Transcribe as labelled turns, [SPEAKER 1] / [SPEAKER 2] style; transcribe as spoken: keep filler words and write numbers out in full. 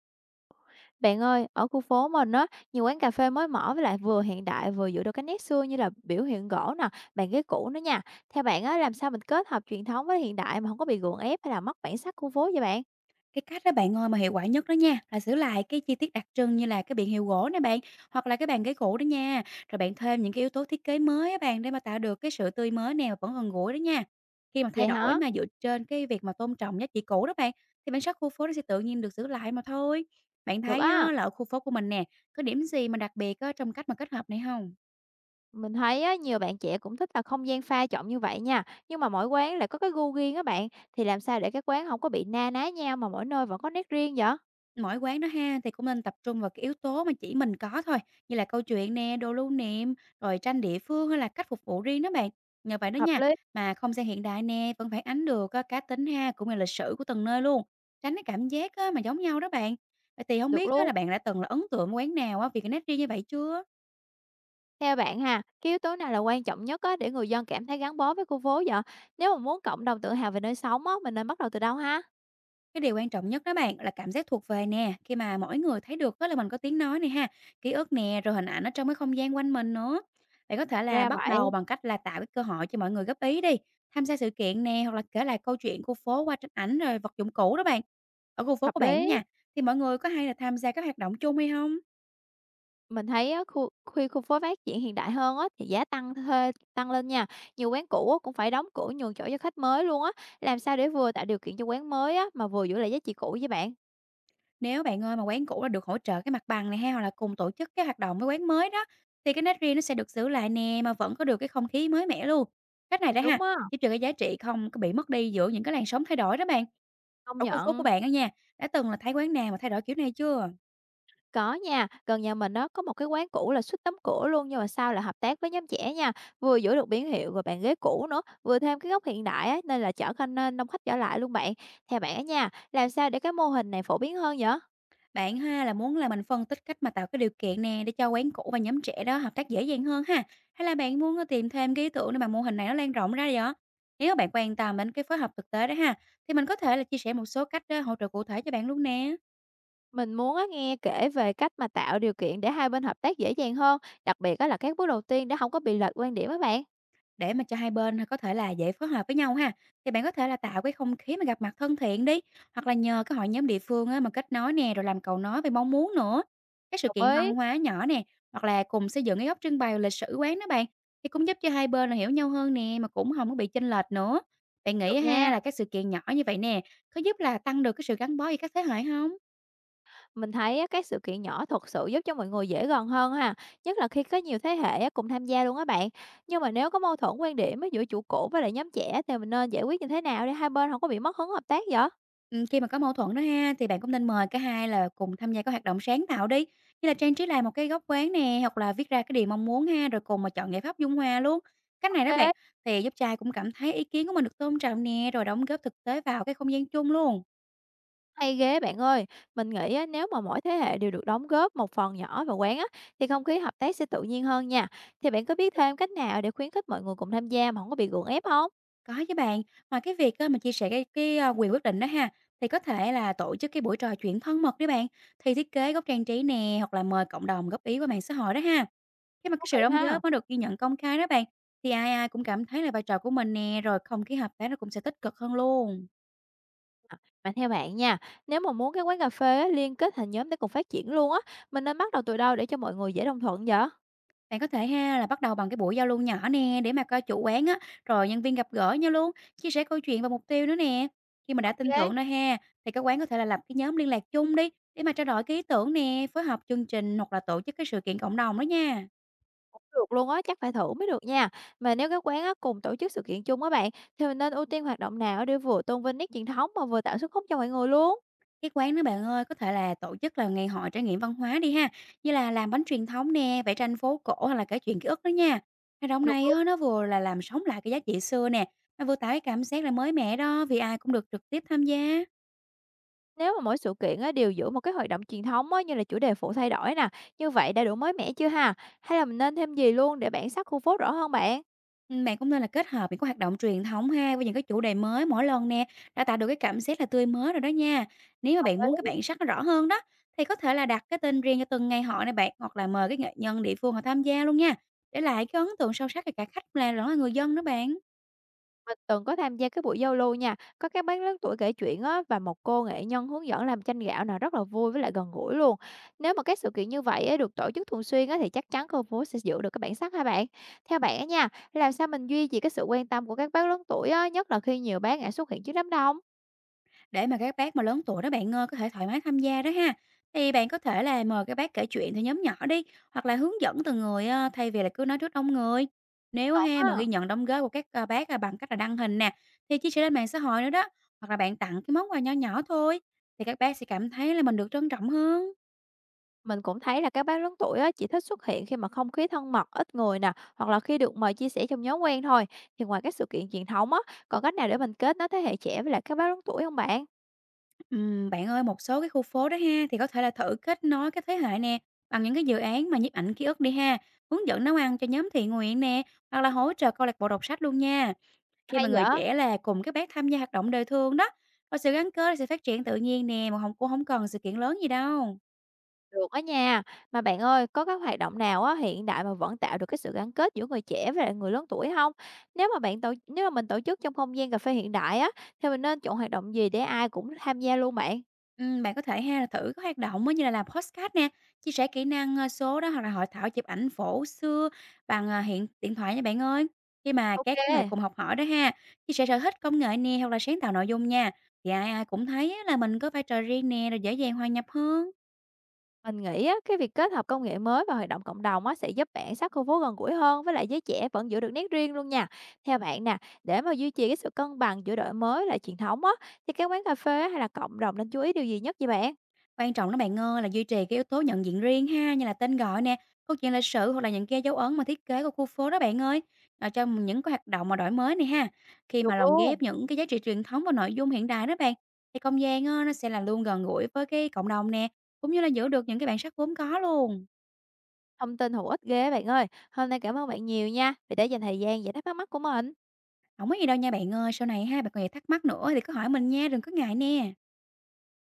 [SPEAKER 1] Bạn ơi, ở khu phố mình á, nhiều quán cà phê mới mở với lại vừa hiện đại vừa giữ được cái nét xưa như là biểu hiện gỗ nè, bàn ghế cũ nữa nha. Theo bạn á, làm sao mình kết hợp truyền thống với hiện đại mà không có bị gượng ép hay là mất bản sắc khu phố vậy bạn?
[SPEAKER 2] Cái cách đó bạn ơi mà hiệu quả nhất đó nha, là giữ lại cái chi tiết đặc trưng như là cái biển hiệu gỗ nè bạn, hoặc là cái bàn ghế cũ đó nha. Rồi bạn thêm những cái yếu tố thiết kế mới á bạn để mà tạo được cái sự tươi mới nè, và vẫn gần gũi đó nha. Khi mà thay
[SPEAKER 1] Vậy
[SPEAKER 2] đổi
[SPEAKER 1] hả?
[SPEAKER 2] mà dựa trên cái việc mà tôn trọng giá trị cũ đó bạn, thì bản sắc khu phố nó sẽ tự nhiên được giữ lại mà thôi. Bạn
[SPEAKER 1] Được
[SPEAKER 2] thấy
[SPEAKER 1] á.
[SPEAKER 2] á, là ở khu phố của mình nè, có điểm gì mà đặc biệt á, trong cách mà kết hợp này không?
[SPEAKER 1] Mình thấy á, nhiều bạn trẻ cũng thích là không gian pha trộn như vậy nha. Nhưng mà mỗi quán lại có cái gu riêng á bạn. Thì làm sao để các quán không có bị na ná nhau mà mỗi nơi vẫn có nét riêng vậy?
[SPEAKER 2] Mỗi quán đó ha, thì cũng nên tập trung vào cái yếu tố mà chỉ mình có thôi, như là câu chuyện nè, đồ lưu niệm, rồi tranh địa phương hay là cách phục vụ riêng đó bạn. Nhờ vậy đó
[SPEAKER 1] Hợp
[SPEAKER 2] nha,
[SPEAKER 1] lý.
[SPEAKER 2] mà không gian hiện đại nè, vẫn phản ánh được á, cá tính ha, cũng như lịch sử của từng nơi luôn. Tránh cái cảm giác á, mà giống nhau đó bạn. Vậy thì không
[SPEAKER 1] Được
[SPEAKER 2] biết á, là
[SPEAKER 1] luôn.
[SPEAKER 2] bạn đã từng là ấn tượng quán nào á, vì cái nét riêng như vậy chưa?
[SPEAKER 1] Theo bạn ha, cái yếu tố nào là quan trọng nhất á, để người dân cảm thấy gắn bó với khu phố vậy? Nếu mà muốn cộng đồng tự hào về nơi sống á, mình nên bắt đầu từ đâu ha?
[SPEAKER 2] Cái điều quan trọng nhất đó bạn là cảm giác thuộc về nè, khi mà mỗi người thấy được đó là mình có tiếng nói này ha, ký ức nè, rồi hình ảnh ở trong cái không gian quanh mình nữa. Bạn có thể là
[SPEAKER 1] Ra
[SPEAKER 2] bắt
[SPEAKER 1] vậy,
[SPEAKER 2] đầu bằng cách là tạo cái cơ hội cho mọi người góp ý đi, tham gia sự kiện nè, hoặc là kể lại câu chuyện khu phố qua tranh ảnh rồi vật dụng cũ đó bạn. Ở khu phố của
[SPEAKER 1] hợp
[SPEAKER 2] bạn đó
[SPEAKER 1] lý.
[SPEAKER 2] nha, thì mọi người có hay là tham gia các hoạt động chung hay không?
[SPEAKER 1] Mình thấy á, khu khi khu phố phát triển hiện đại hơn á, thì giá tăng thuê tăng lên nha. Nhiều quán cũ á, cũng phải đóng cửa nhường chỗ cho khách mới luôn á. Làm sao để vừa tạo điều kiện cho quán mới á, mà vừa giữ lại giá trị cũ với bạn?
[SPEAKER 2] Nếu bạn ơi mà quán cũ là được hỗ trợ cái mặt bằng này ha, hoặc là cùng tổ chức cái hoạt động với quán mới đó, thì cái nét riêng nó sẽ được giữ lại nè, mà vẫn có được cái không khí mới mẻ luôn. Cách này đó ha,
[SPEAKER 1] Đúng á,
[SPEAKER 2] giúp cho cái giá trị không có bị mất đi giữa những cái làn sóng thay đổi đó bạn.
[SPEAKER 1] công
[SPEAKER 2] Ở khu phố của
[SPEAKER 1] nhận.
[SPEAKER 2] bạn đó nha, đã từng là thấy quán nào mà thay đổi kiểu này chưa?
[SPEAKER 1] Có nha, gần nhà mình nó có một cái quán cũ là suýt đóng cửa luôn nhưng mà sau là hợp tác với nhóm trẻ nha, vừa giữ được biển hiệu rồi bàn ghế cũ nữa, vừa thêm cái góc hiện đại á, nên là chở khách nên đông khách trở lại luôn bạn. Theo bạn á nha, làm sao để cái mô hình này phổ biến hơn vậy?
[SPEAKER 2] Bạn ha là muốn là mình phân tích cách mà tạo cái điều kiện nè để cho quán cũ và nhóm trẻ đó hợp tác dễ dàng hơn ha? Hay là bạn muốn ờ, tìm thêm cái ý tưởng để mà mô hình này nó lan rộng ra vậy ạ? Nếu mà bạn quan tâm đến cái phối hợp thực tế đó ha, thì mình có thể là chia sẻ một số cách ờ, hỗ trợ cụ thể cho bạn luôn nè.
[SPEAKER 1] Mình muốn á, nghe kể về cách mà tạo điều kiện để hai bên hợp tác dễ dàng hơn, đặc biệt á là các bước đầu tiên để không có bị lệch quan điểm á bạn.
[SPEAKER 2] Để mà cho hai bên à, có thể là dễ phối hợp với nhau ha, thì bạn có thể là tạo cái không khí mà gặp mặt thân thiện đi, hoặc là nhờ cái hội nhóm địa phương á mà kết nối nè, rồi làm cầu nối về mong muốn nữa. Các sự
[SPEAKER 1] Đồng
[SPEAKER 2] kiện
[SPEAKER 1] ý,
[SPEAKER 2] văn hóa nhỏ nè, hoặc là cùng xây dựng cái góc trưng bày lịch sử quán đó bạn, thì cũng giúp cho hai bên là hiểu nhau hơn nè, mà cũng không có bị chênh lệch nữa. Bạn
[SPEAKER 1] được
[SPEAKER 2] nghĩ ha
[SPEAKER 1] nha.
[SPEAKER 2] là các sự kiện nhỏ như vậy nè, có giúp là tăng được cái sự gắn bó giữa các thế hệ không?
[SPEAKER 1] Mình thấy á, các sự kiện nhỏ thật sự giúp cho mọi người dễ gần hơn ha, nhất là khi có nhiều thế hệ á, cùng tham gia luôn á bạn. Nhưng mà nếu có mâu thuẫn quan điểm á, giữa chủ cũ với lại nhóm trẻ thì mình nên giải quyết như thế nào để hai bên không có bị mất hứng hợp tác vậy?
[SPEAKER 2] Ừm, khi mà có mâu thuẫn đó ha, thì bạn cũng nên mời cả hai là cùng tham gia các hoạt động sáng tạo đi, như là trang trí lại một cái góc quán nè, hoặc là viết ra cái điều mong muốn ha, rồi cùng mà chọn giải pháp dung hòa luôn. Cách này đó bạn,
[SPEAKER 1] Ok,
[SPEAKER 2] thì giúp trai cũng cảm thấy ý kiến của mình được tôn trọng nè, rồi đóng góp thực tế vào cái không gian chung luôn.
[SPEAKER 1] hay ghê bạn ơi. Mình nghĩ á, nếu mà mỗi thế hệ đều được đóng góp một phần nhỏ vào quán á, thì không khí hợp tác sẽ tự nhiên hơn nha. Thì bạn có biết thêm cách nào để khuyến khích mọi người cùng tham gia mà không có bị gượng ép không?
[SPEAKER 2] Có chứ bạn, ngoài cái việc á, mà chia sẻ cái cái, a, quyền quyết định đó ha, thì có thể là tổ chức cái buổi trò chuyện thân mật đi bạn, thì thiết kế góc trang trí nè, hoặc là mời cộng đồng góp ý qua mạng xã hội đó ha. Khi mà
[SPEAKER 1] Thú
[SPEAKER 2] cái sự
[SPEAKER 1] vị
[SPEAKER 2] đóng
[SPEAKER 1] ha.
[SPEAKER 2] góp nó được ghi nhận công khai đó bạn, thì ai ai cũng cảm thấy là vai trò của mình nè, rồi không khí hợp tác nó cũng sẽ tích cực hơn luôn.
[SPEAKER 1] Mà theo bạn nha, nếu mà muốn cái quán cà phê á, liên kết thành nhóm để cùng phát triển luôn á, mình nên bắt đầu từ đâu để cho mọi người dễ đồng thuận vậy?
[SPEAKER 2] Bạn có thể ha là bắt đầu bằng cái buổi giao lưu nhỏ nè để mà coi chủ quán á, rồi nhân viên gặp gỡ nhau luôn, chia sẻ câu chuyện và mục tiêu nữa nè. Khi mà đã tin
[SPEAKER 1] OK,
[SPEAKER 2] tưởng đó ha, thì các quán có thể là lập cái nhóm liên lạc chung đi để mà trao đổi cái ý tưởng nè, phối hợp chương trình hoặc là tổ chức cái sự kiện cộng đồng đó nha.
[SPEAKER 1] cũng được luôn á, chắc phải thử mới được nha. Mà nếu các quán á, cùng tổ chức sự kiện chung á bạn, thì mình nên ưu tiên hoạt động nào để vừa tôn vinh nét truyền thống mà vừa tạo sức hút cho mọi người luôn?
[SPEAKER 2] Cái quán đó bạn ơi, có thể là tổ chức là ngày hội trải nghiệm văn hóa đi ha, như là làm bánh truyền thống nè, vẽ tranh phố cổ hoặc là kể chuyện ký ức đó nha. Hoạt động
[SPEAKER 1] Được
[SPEAKER 2] này
[SPEAKER 1] luôn.
[SPEAKER 2] á, nó vừa là làm sống lại cái giá trị xưa nè, nó vừa tạo cái cảm giác là mới mẻ đó vì ai cũng được trực tiếp tham gia.
[SPEAKER 1] Nếu mà mỗi sự kiện á, đều giữ một cái hoạt động truyền thống á, như là chủ đề phụ thay đổi nè, như vậy đã đủ mới mẻ chưa ha? Hay là mình nên thêm gì luôn để bản sắc khu phố rõ hơn bạn?
[SPEAKER 2] Ừm, Bạn cũng nên là kết hợp những cái hoạt động truyền thống ha với những cái chủ đề mới mỗi lần nè, đã tạo được cái cảm giác là tươi mới rồi đó nha. Nếu mà bạn muốn cái bản sắc nó rõ hơn đó thì có thể là đặt cái tên riêng cho từng ngày hội này bạn hoặc là mời cái nghệ nhân địa phương họ tham gia luôn nha. Để lại cái ấn tượng sâu sắc cho cả khách là lẫn là người dân đó bạn.
[SPEAKER 1] Mình từng có tham gia cái buổi giao lưu nha, có các bác lớn tuổi kể chuyện á và một cô nghệ nhân hướng dẫn làm chanh gạo nào rất là vui với lại gần gũi luôn. Nếu mà các sự kiện như vậy á, được tổ chức thường xuyên á, thì chắc chắn khu phố sẽ giữ được cái bản sắc hả bạn? Theo bạn á nha, làm sao mình duy trì cái sự quan tâm của các bác lớn tuổi á, nhất là khi nhiều bác ngại xuất hiện trước đám đông?
[SPEAKER 2] Để mà các bác mà lớn tuổi đó bạn ơi, có thể thoải mái tham gia đó ha. Thì bạn có thể là mời các bác kể chuyện theo nhóm nhỏ đi, hoặc là hướng dẫn từng người ờ, thay vì là cứ nói trước đông người. Nếu
[SPEAKER 1] Còn
[SPEAKER 2] ha
[SPEAKER 1] á,
[SPEAKER 2] mà ghi nhận đóng góp của các ờ, bác ờ, bằng cách là đăng hình nè, thì chia sẻ lên mạng xã hội nữa đó, hoặc là bạn tặng cái món quà nho nhỏ thôi, thì các bác sẽ cảm thấy là mình được trân trọng hơn.
[SPEAKER 1] mình cũng thấy là các bác lớn tuổi á, chỉ thích xuất hiện khi mà không khí thân mật, ít người nè, hoặc là khi được mời chia sẻ trong nhóm quen thôi. Thì ngoài các sự kiện truyền thống á, còn cách nào để mình kết nối thế hệ trẻ với lại các bác lớn tuổi không bạn?
[SPEAKER 2] Ừm, bạn ơi, một số cái khu phố đó ha, thì có thể là thử kết nối các thế hệ nè, bằng những cái dự án mà nhiếp ảnh ký ức đi ha, hướng dẫn nấu ăn cho nhóm thiện nguyện nè, hoặc là hỗ trợ câu lạc bộ đọc sách luôn nha. Khi
[SPEAKER 1] Hay
[SPEAKER 2] mà người
[SPEAKER 1] vậy?
[SPEAKER 2] trẻ là cùng các bác tham gia hoạt động đời thường đó, và sự gắn kết sẽ phát triển tự nhiên nè, mà không cũng không cần sự kiện lớn gì đâu.
[SPEAKER 1] Được á nha. Mà bạn ơi, có các hoạt động nào á hiện đại mà vẫn tạo được cái sự gắn kết giữa người trẻ với lại người lớn tuổi không? Nếu mà bạn tổ nếu mà mình tổ chức trong không gian cà phê hiện đại á, thì mình nên chọn hoạt động gì để ai cũng tham gia luôn bạn?
[SPEAKER 2] Ừm, bạn có thể ha là thử các hoạt động á như là làm podcast nè, chia sẻ kỹ năng, ơ, số đó hoặc là hội thảo chụp ảnh phổ xưa bằng, à, hiện điện thoại nha bạn ơi. Khi mà các thế hệ
[SPEAKER 1] Ok.
[SPEAKER 2] cùng học hỏi đó ha, chia sẻ sở thích, công nghệ nè hoặc là sáng tạo nội dung nha, thì ai ai cũng thấy á là mình có vai trò riêng nè, rồi dễ dàng hòa nhập hơn.
[SPEAKER 1] Mình nghĩ á, cái việc kết hợp công nghệ mới và hoạt động cộng đồng á, sẽ giúp bạn sát khu phố gần gũi hơn với lại giới trẻ vẫn giữ được nét riêng luôn nha. Theo bạn nè, để mà duy trì cái sự cân bằng giữa đổi mới lại truyền thống á, thì các quán cà phê á hay là cộng đồng nên chú ý điều gì nhất vậy bạn?
[SPEAKER 2] Quan trọng đó bạn ơi, là duy trì cái yếu tố nhận diện riêng ha, như là tên gọi nè, câu chuyện lịch sử hoặc là những cái dấu ấn mà thiết kế của khu phố đó bạn ơi. Rồi cho mình những cái hoạt động mà đổi mới này ha. Khi mà
[SPEAKER 1] Được
[SPEAKER 2] lồng
[SPEAKER 1] luôn.
[SPEAKER 2] ghép những cái giá trị truyền thống và nội dung hiện đại đó bạn, thì không gian á, nó sẽ là luôn gần gũi với cái cộng đồng nè, cũng như là giữ được những cái bản sắc vốn có luôn.
[SPEAKER 1] Thông tin hữu ích ghê á bạn ơi. Hôm nay cảm ơn bạn nhiều nha, vì đã dành thời gian giải đáp thắc mắc của mình.
[SPEAKER 2] Không có gì đâu nha bạn ơi, sau này ha, bạn còn gì thắc mắc nữa thì cứ hỏi mình nha, đừng có ngại nè.